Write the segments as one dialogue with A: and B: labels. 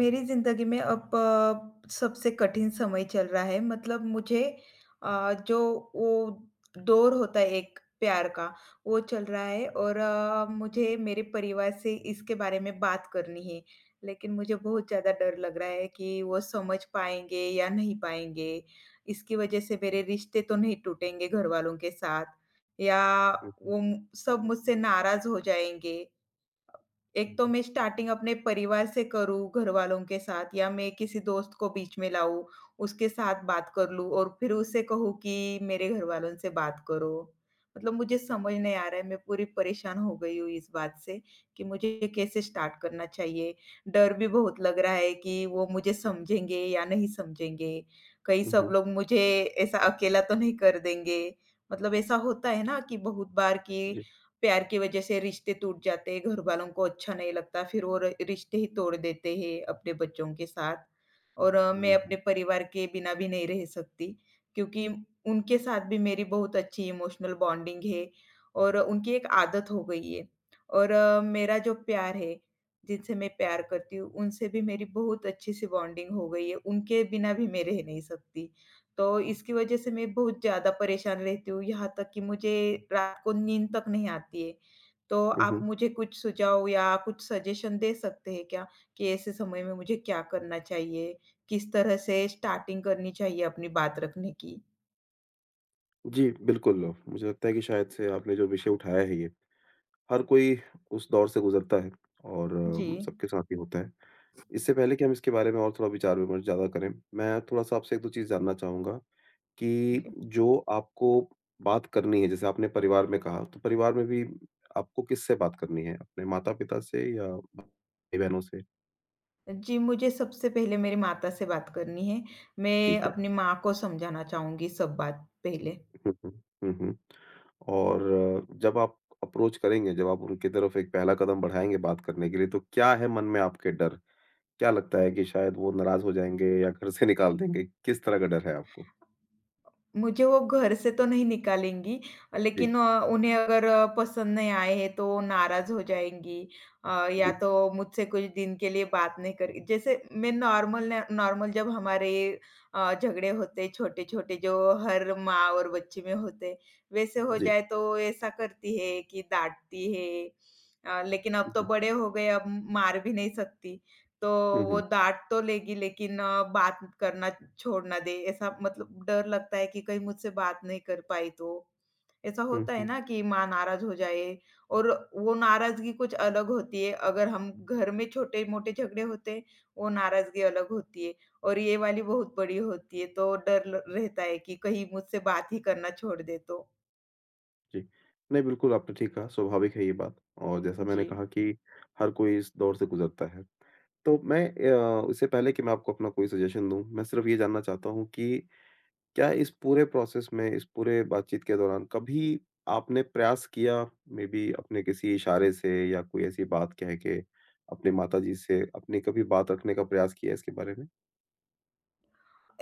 A: मेरी ज़िंदगी में अब सबसे कठिन समय चल रहा है मतलब मुझे जो वो दौर होता है एक प्यार का वो चल रहा है और मुझे मेरे परिवार से इसके बारे में बात करनी है लेकिन मुझे बहुत ज़्यादा डर लग रहा है कि वो समझ पाएँगे या नहीं पाएँगे। इसकी वज़ह से मेरे रिश्ते तो नहीं टूटेंगे घरवालों के साथ या
B: हुँ, हुँ,
A: सब मुझसे नाराज़ हो जाएँगे। एक तो
B: हुँ,
A: मैं स्टार्टिंग अपने परिवार से करूँ, घरवालों के साथ या मैं किसी दोस्त को बीच में लाऊँ, उसके साथ बात कर लूँ और फिर उसे कहूँ कि मेरे घरवालों से बात करो। मतलब मुझे समझ नहीं आ रहा है, मैं पूरी परेशान हो गई हूँ इस बात से कि मुझे कैसे स्टार्ट करना चाहिए। डर भी बहुत लग रहा है कि वो मुझे समझेंगे या नहीं समझेंगे? कहीं
B: हुँ,
A: सब
B: हुँ,
A: लोग मुझे ऐसा अकेला तो नहीं कर देंगे? मतलब ऐसा होता है ना कि बहुत बार कि
B: जी।
A: प्यार की वजह से रिश्ते टूट जाते हैं, घरवालों को अच्छा नहीं लगता, फिर वो र रिश्ते ही तोड़ देते हैं अपने बच्चों के साथ और मैं
B: हुँ,
A: अपने
B: हुँ,
A: परिवार के बिना भी नहीं रह सकती क्योंकि उनके साथ भी मेरी बहुत अच्छी इमोशनल बॉन्डिंग है और उनकी एक आदत हो गई है और मेरा जो प्यार है, जिनसे मैं प्यार करती हूँ, उनसे भी मेरी बहुत अच्छी-सी बॉन्डिंग हो गई है, उनके बिना भी मैं रह नहीं सकती। तो इसकी वजह से मैं बहुत ज़्यादा परेशान रहती हूँ, यहाँ तक कि मुझे रात को नींद तक नहीं आती है। तो
B: हुँ,
A: आप
B: हुँ।
A: मुझे कुछ सुझाव या कुछ सजेशन दे सकते हैं क्या, कि ऐसे समय में मुझे क्या करना चाहिए? किस तरह से स्टार्टिंग करनी चाहिए अपनी बात रखने की?
B: जी, बिल्कुल, मुझे लगता है कि शायद से आपने जो विषय उठाया है ये, हर कोई उस दौर से गुज़रता है और
A: जी,
B: सबके साथ ही होता है। इससे पहले कि हम इसके बारे में और थोड़ा विचार विमर्श ज़्यादा करें, मैं थोड़ा-सा आपसे 1-2 चीज़ जानना चाहूँगा कि
A: जी।
B: जो आपको बात करनी है, जैसे आपने परिवार में कहा, तो परिवार में भी आपको किससे बात करनी है? अपने माता-पिता से या भाई-बहनों से?
A: जी, मुझे सबसे पहले मेरी माता से बात करनी है। मैं
B: ठीक है।
A: अपनी माँ को समझाना चाहूँगी सब बात पहले।
B: हुँ, हुँ। हुँ, हुँ। और जब आप अप्रोच करेंगे, जब आप उनकी तरफ एक पहला कदम बढ़ाएँगे बात करने के लिए, तो क्या है मन में आपके डर? क्या लगता है कि शायद वो नाराज़ हो जाएँगे या घर से निकाल देंगे? किस तरह का डर है आपको?
A: मुझे वो घर से तो नहीं निकालेंगी,
B: जी,
A: लेकिन उन्हें अगर पसंद नहीं आए हैं तो नाराज़ हो जाएँगी या
B: जी,
A: तो मुझसे कुछ दिन के लिए बात नहीं कर जैसे मैं नॉर्मल न नॉर्मल जब हमारे झगड़े होते छोटे-छोटे जो हर माँ और बच्चे में होते, वैसे हो
B: जी,
A: जाए तो ऐसा करती है कि डाँटती है। लेकिन अब तो
B: जी।
A: बड़े हो गए, अब मार भी नहीं सकती। तो
B: हुँ,
A: वो
B: हुँ,
A: डाँट तो लेगी लेकिन बात करना छोड़ ना दे, ऐसा मतलब डर लगता है कि कहीं मुझसे बात नहीं कर पाई तो। ऐसा
B: हुँ,
A: होता है
B: हुँ,
A: ना कि माँ नाराज़ हो जाए और वो नाराज़गी कुछ अलग होती है, अगर हम घर में छोटे-मोटे झगड़े होते हैं, वो नाराज़गी अलग होती है और ये वाली बहुत बड़ी होती है, तो डर ल रहता है कि कहीं मुझसे बात ही करना छोड़ दे तो।
B: जी। नहीं, बिल्कुल आपने ठीक कहा, स्वाभाविक है ये बात और जैसा
A: जी।
B: मैंने कहा कि हर कोई इस दौर से गुज़रता है। तो मैं इससे पहले कि मैं आपको अपना कोई सजेशन दूँ, मैं सिर्फ़ ये जानना चाहता हूँ कि क्या इस पूरे प्रोसेस में, इस पूरे बातचीत के दौरान कभी आपने प्रयास किया मे बी अपने किसी इशारे से या कोई ऐसी बात कह के अपने माताजी से अपनी कभी बात रखने का प्रयास किया है इसके बारे में?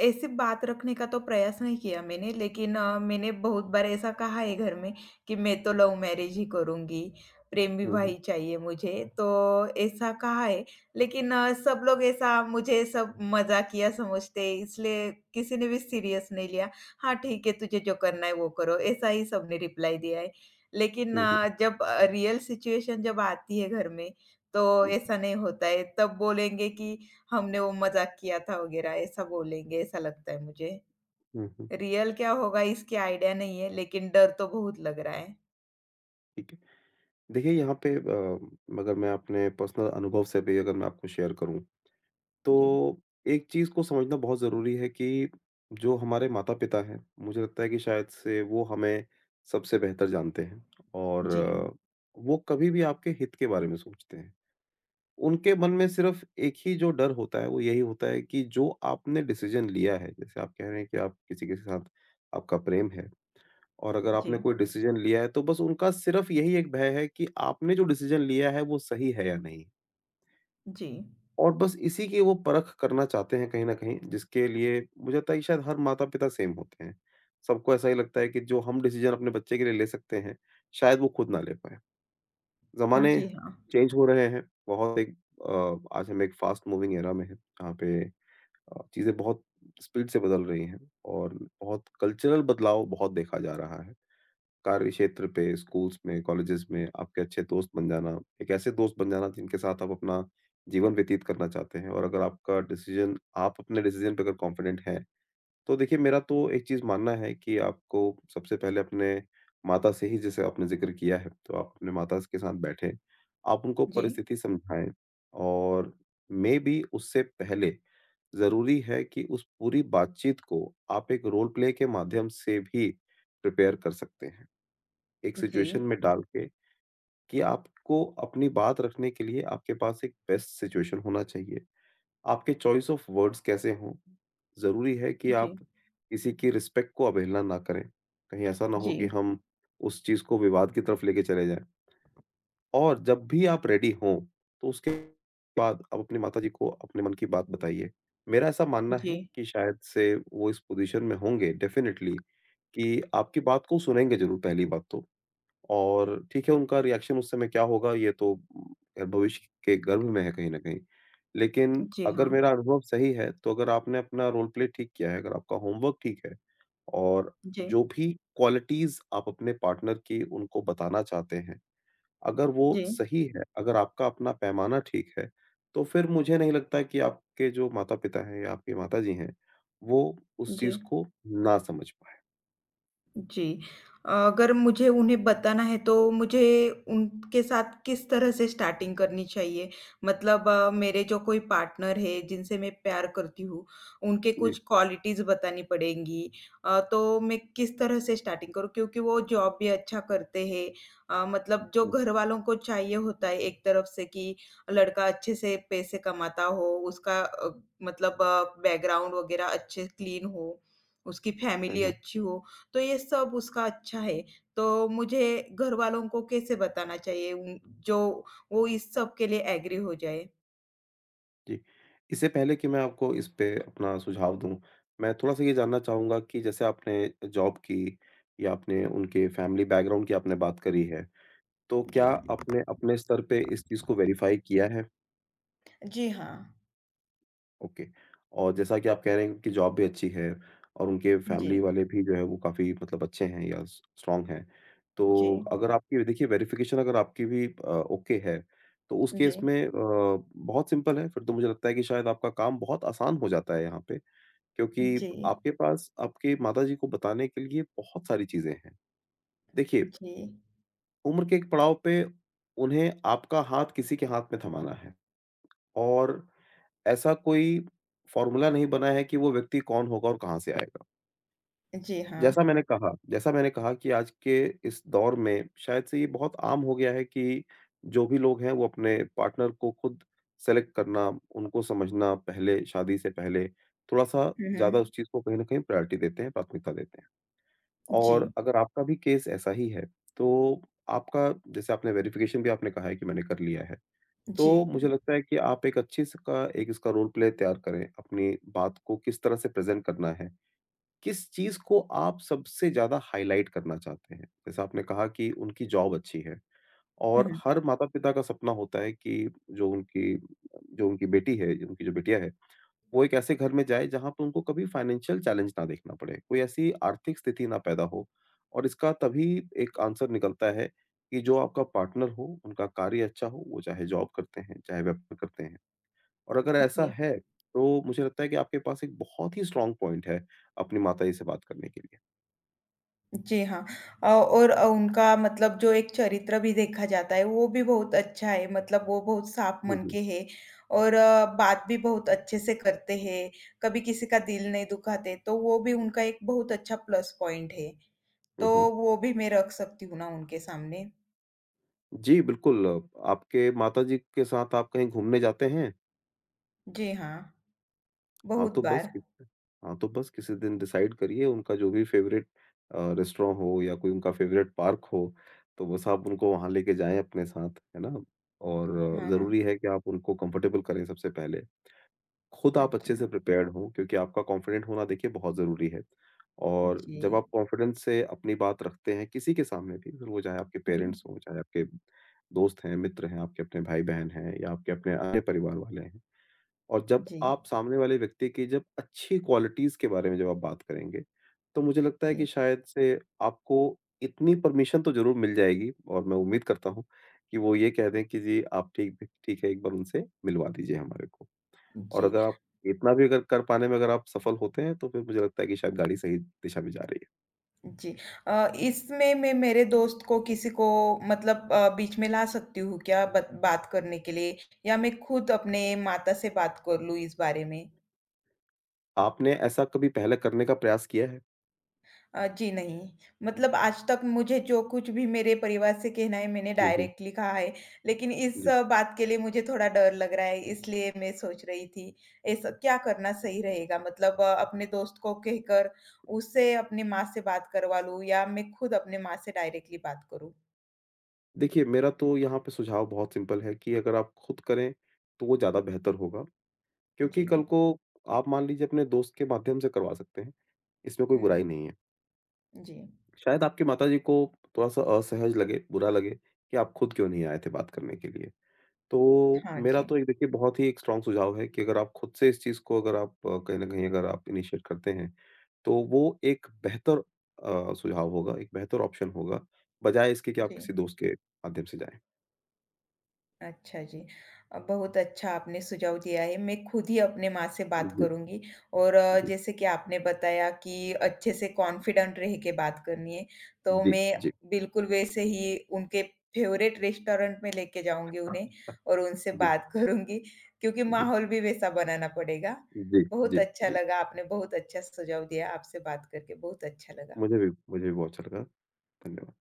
A: ऐसे बात रखने का तो प्रयास नहीं किया मैंने, लेकिन मैंने बहुत बार ऐसा कहा है घर में कि मैं तो लव मैरिज ही करूँगी, प्रेम
B: हुँ,
A: विवाह ही
B: हुँ।
A: चाहिए मुझे, तो ऐसा कहा है। लेकिन सब लोग ऐसा मुझे सब मज़ाकिया समझते हैं, इसलिए किसी ने भी सीरियस नहीं लिया। हाँ, ठीक है, तुझे जो करना है वो करो, ऐसा ही सबने रिप्लाई दिया है। लेकिन
B: हुँ, हुँ।
A: जब रियल सिचुएशन जब आती है घर में, तो
B: हुँ,
A: ऐसा नहीं होता है। तब बोलेंगे कि हमने वो मज़ाक किया था वग़ैरह ऐसा बोलेंगे, ऐसा लगता है मुझे।
B: हुँ, हुँ।
A: रियल क्या होगा इसकी आइडिया नहीं है, लेकिन डर तो बहुत लग रहा है।
B: ठीक है। देखिए यहाँ पे अगर मैं अपने पर्सनल अनुभव से भी अगर मैं आपको शेयर करूँ
A: जी,
B: तो एक चीज़ को समझना बहुत ज़रूरी है कि जो हमारे माता-पिता हैं, मुझे लगता है कि शायद से वो हमें सबसे बेहतर जानते हैं और
A: जी,
B: वो कभी भी आपके हित के बारे में सोचते हैं। उनके मन में सिर्फ़ एक ही जो डर होता है, वो यही होता है कि जो आपने डिसीज़न लिया है, जैसे आप कह रहे हैं कि आप किसी के साथ आपका प्रेम है और अगर आपने
A: जी,
B: कोई डिसीज़न लिया है, तो बस उनका सिर्फ़ यही एक भय है कि आपने जो डिसीज़न लिया है, वो सही है या नहीं?
A: जी,
B: और बस इसी की वो परख करना चाहते हैं कहीं न कहीं, जिसके लिए मुझे लगता है कि शायद हर माता-पिता सेम होते हैं। सबको ऐसा ही लगता है कि जो हम डिसीज़न अपने बच्चे के लिए ले सकते हैं, शायद वो खुद ना ले पाएँ। ज़माने
A: जी हाँ,
B: चेंज हो रहे हैं, बहुत एक आज हम एक फ़ास्ट मूविंग एरा में हैं, जहाँ पे चीज़ें बहुत स्पीड से बदल रही हैं और बहुत कल्चरल बदलाव बहुत देखा जा रहा है। कार्य क्षेत्र पे, स्कूल्स में, कॉलेजेस में आपके अच्छे दोस्त बन जाना, एक ऐसे दोस्त बन जाना जिनके साथ आप अपना जीवन व्यतीत करना चाहते हैं और अगर आपका डिसीज़न आप अपने डिसीज़न पे अगर कॉन्फिडेंट हैं, तो देखिए मेरा तो एक चीज़ मानना है कि आपको सबसे पहले अपने माता से ही जैसे आपने ज़िक्र किया है, तो आप अपने माता के साथ बैठें, आप उनको
A: जी,
B: परिस्थिति समझाएँ और मे बी उससे पहले ज़रूरी है कि उस पूरी बातचीत को आप एक रोल प्ले के माध्यम से भी प्रिपेयर कर सकते हैं। एक
A: जी,
B: सिचुएशन में डाल के कि आपको अपनी बात रखने के लिए आपके पास एक बेस्ट सिचुएशन होना चाहिए। आपके चॉइस ऑफ वर्ड्स कैसे हों, ज़रूरी है कि आप
A: जी,
B: किसी की रिस्पेक्ट को अवहेलना ना करें। कहीं ऐसा ना हो
A: जी,
B: कि हम उस चीज़ को विवाद की तरफ लेके चले जाएँ और जब भी आप रेडी हों, तो उसके बाद आप अपनी माताजी को अपने मन की बात बताइए। मेरा ऐसा मानना
A: जी,
B: है कि शायद से वो इस पोज़ीशन में होंगे डेफ़िनेटली कि आपकी बात को सुनेंगे ज़रूर पहली बात तो। और ठीक है, उनका रिएक्शन उस समय क्या होगा ये तो ख़ैर भविष्य के गर्भ में है कहीं न कहीं। लेकिन
A: जी
B: अगर
A: हाँ,
B: मेरा अनुभव सही है, तो अगर आपने अपना रोल प्ले ठीक किया है, अगर आपका होमवर्क ठीक है और
A: जी,
B: जो भी क्वालिटीज़ आप अपने पार्टनर की उनको बताना चाहते हैं, अगर वो
A: जी,
B: सही है, अगर आपका अपना पैमाना ठीक है, तो फिर मुझे नहीं लगता कि आपके जो माता-पिता हैं या आपकी माताजी हैं, वो उस
A: जी।
B: चीज़ को ना समझ पाएँ।
A: जी। अगर मुझे उन्हें बताना है तो मुझे उनके साथ किस तरह से स्टार्टिंग करनी चाहिए? मतलब मेरे जो कोई पार्टनर है जिनसे मैं प्यार करती हूँ, उनके कुछ
B: जी,
A: क्वालिटीज़ बतानी पड़ेंगी। तो मैं किस तरह से स्टार्टिंग करूँ? क्योंकि वो जॉब भी अच्छा करते हैं। मतलब जो
B: हुँ,
A: घरवालों को चाहिए होता है एक तरफ से कि लड़का अच्छे से पैसे कमाता हो, उसका मतलब बैकग्राउंड वगैरह अच्छे क्लीन हो, उसकी
B: हुँ,
A: फैमिली
B: हुँ।
A: अच्छी हो। तो ये सब उसका अच्छा है, तो मुझे घरवालों को कैसे बताना चाहिए उन जो वो इस सब के लिए एग्री हो जाए?
B: जी। इससे पहले कि मैं आपको इस पे अपना सुझाव दूँ, मैं थोड़ा-सा ये जानना चाहूँगा कि जैसे आपने जॉब की या आपने उनके फैमिली बैकग्राउंड की आपने बात करी है, तो क्या
A: जी।
B: आपने अपने स्तर पे इस चीज़ को वेरीफ़ाई किया है?
A: जी हाँ।
B: ओके। और जैसा कि आप कह रहे हैं कि जॉब भी अच्छी है और उनके
A: जी,
B: फैमिली वाले भी जो है वो काफ़ी मतलब अच्छे हैं या स स्ट्रॉन्ग हैं।
A: जी,
B: तो अगर आपकी देखिए वेरिफ़िकेशन अगर आपकी भी ओके है, तो उस केस
A: जी,
B: में बहुत सिंपल है फिर तो मुझे लगता है कि शायद आपका काम बहुत आसान हो जाता है यहाँ पे।
A: जी,
B: क्योंकि आपके पास आपके माताजी को बताने के लिए बहुत सारी चीज़ें हैं। देखिए,
A: जी,
B: उम्र के एक पड़ाव पे उन्हें आपका हाथ किसी के हाथ में थमाना है और ऐसा कोई फ़ॉर्मूला नहीं बना है कि वो व्यक्ति कौन होगा और कहाँ से आएगा।
A: जी हाँ।
B: जैसा मैंने कहा कि आज के इस दौर में शायद से ये बहुत आम हो गया है कि जो भी लोग हैं, वो अपने पार्टनर को खुद सेलेक्ट करना, उनको समझना पहले शादी से पहले, थोड़ा-सा
A: हुँ,
B: ज़्यादा
A: हुँ।
B: उस चीज़ को कहीं न कहीं प्रायोरिटी देते हैं, प्राथमिकता देते हैं।
A: जी,
B: और अगर आपका भी केस ऐसा ही है, तो आपका जैसे आपने वेरिफ़िकेशन भी आपने कहा है कि मैंने कर लिया है। तो
A: जी,
B: मुझे लगता है कि आप एक अच्छी इसका रोल प्ले तैयार करें, अपनी बात को किस तरह से प्रेज़ेंट करना है। किस चीज़ को आप सबसे ज़्यादा हाइलाइट करना चाहते हैं? जैसे आपने कहा कि उनकी जॉब अच्छी है
A: हुँ,
B: और
A: हुँ,
B: हर माता-पिता का सपना होता है कि जो उनकी बेटी है, उनकी जो बिटिया है वो एक ऐसे घर में जाए जहाँ पे उनको कभी फाइनेंशियल चैलेंज ना देखना पड़े, कोई ऐसी आर्थिक स्थिति ना पैदा हो और इसका तभी एक आंसर निकलता है कि जो आपका पार्टनर हो, उनका कार्य अच्छा हो, वो चाहे जॉब करते हैं, चाहे व्यापार करते हैं। और अगर ऐसा
A: जी।
B: है, तो मुझे लगता है कि आपके पास एक बहुत ही स्ट्रॉन्ग पॉइंट है अपनी माताजी से बात करने के लिए।
A: जी हाँ। और उनका मतलब जो एक चरित्र भी देखा जाता है, वो भी बहुत अच्छा है, मतलब वो बहुत साफ
B: हुँ,
A: मन
B: हुँ।
A: के हैं और बात भी बहुत अच्छे से करते हैं, कभी किसी का दिल नहीं दुखाते, तो वो भी उनका एक बहुत अच्छा प्लस पॉइंट है।
B: हुँ,
A: तो
B: हुँ।
A: वो भी मैं रख सकती हूँ ना उनके सामने।
B: जी, बिल्कुल आपके माताजी के साथ आप कहीं घूमने जाते हैं?
A: जी हाँ,
B: हाँ,
A: बहुत
B: तो बस
A: बार।
B: किसी हाँ, तो बस किसी दिन डिसाइड करिए उनका जो भी फ़ेवरेट रेस्टोरेंट हो या कोई उनका फ़ेवरेट पार्क हो, तो बस आप उनको वहाँ लेके जाएँ अपने साथ, है ना? और
A: हाँ, हाँ।
B: ज़रूरी है कि आप उनको कंफ़र्टेबल करें सबसे पहले। खुद आप
A: अच्छा।
B: अच्छे से प्रिपेयर्ड हों क्योंकि आपका कॉन्फिडेंट होना देखिए बहुत ज़रूरी है। और
A: जी।
B: जब आप कॉन्फिडेंस से अपनी बात रखते हैं किसी के सामने भी, फिर वो चाहे आपके
A: हुँ, हुँ।
B: पेरेंट्स हों, चाहे आपके दोस्त हैं, मित्र हैं, आपके अपने भाई-बहन हैं या आपके अपने अन्य परिवार वाले हैं। और जब
A: जी,
B: आप सामने वाले व्यक्ति की जब अच्छी क्वालिटीज़ के बारे में जब आप बात करेंगे, तो मुझे लगता है कि
A: जी,
B: शायद से आपको इतनी परमिशन तो ज़रूर मिल जाएगी और मैं उम्मीद करता हूँ कि वो ये कह दें कि जी आप ठीक ठीक है, एक बार उनसे मिलवा दीजिए हमारे को। और
A: जी।
B: अगर आप इतना भी अगर कर पाने में अगर आप सफल होते हैं, तो फिर मुझे लगता है कि शायद गाड़ी सही दिशा में जा रही है।
A: जी। इसमें मैं मेरे दोस्त को किसी को मतलब बीच में ला सकती हूँ क्या बत बात करने के लिए? या मैं खुद अपने माता से बात कर लूँ इस बारे में?
B: आपने ऐसा कभी पहले करने का प्रयास किया है?
A: जी नहीं। मतलब आज तक मुझे जो कुछ भी मेरे परिवार से कहना है मैंने
B: हुँ, हुँ।
A: डायरेक्टली कहा है। लेकिन इस
B: जी।
A: अ, बात के लिए मुझे थोड़ा डर लग रहा है इसलिए मैं सोच रही थी ऐसा क्या करना सही रहेगा? मतलब अपने दोस्त को कहकर उससे अपनी माँ से बात करवा लूँ या मैं खुद अपने माँ से डायरेक्टली बात करूँ?
B: देखिए, मेरा तो यहाँ पे सुझाव बहुत सिंपल है कि अगर आप खुद करें, तो वो ज़्यादा बेहतर होगा
A: जी।
B: क्योंकि कल को आप मान लीजिए अपने दोस्त के माध्यम से करवा सकते हैं, इसमें कोई
A: हुँ।
B: बुराई नहीं है।
A: जी,
B: शायद आपकी माताजी को थोड़ा-सा असहज लगे, बुरा लगे कि आप खुद क्यों नहीं आए थे बात करने के लिए। तो
A: हाँ
B: मेरा
A: जी,
B: तो एक देखिए बहुत ही एक स्ट्रॉन्ग सुझाव है कि अगर आप खुद से इस चीज़ को अगर आप कहीं न कहीं अगर आप इनिशिएट करते हैं, तो वो एक बेहतर सुझाव होगा, एक बेहतर ऑप्शन होगा, बजाए इसके कि आप
A: जी।
B: किसी दोस्त के माध्यम से जाएँ।
A: अच्छा जी। बहुत अच्छा आपने सुझाव दिया है, मैं खुद ही अपने माँ से बात
B: जी,
A: करूँगी और
B: जी,
A: जैसे कि आपने बताया कि अच्छे से कॉन्फिडेंट रह के बात करनी है, तो
B: जी,
A: मैं
B: जी।
A: बिल्कुल वैसे ही उनके फ़ेवरेट रेस्टोरेंट में लेके जाऊँगी उन्हें और उनसे
B: जी,
A: बात करूँगी क्योंकि
B: जी,
A: माहौल भी वैसा बनाना पड़ेगा।
B: जी,
A: बहुत
B: जी,
A: अच्छा
B: जी।
A: लगा, आपने बहुत अच्छा सुझाव दिया, आपसे बात करके बहुत अच्छा लगा।
B: मुझे भी बहुत अच्छा लगा। धन्यवाद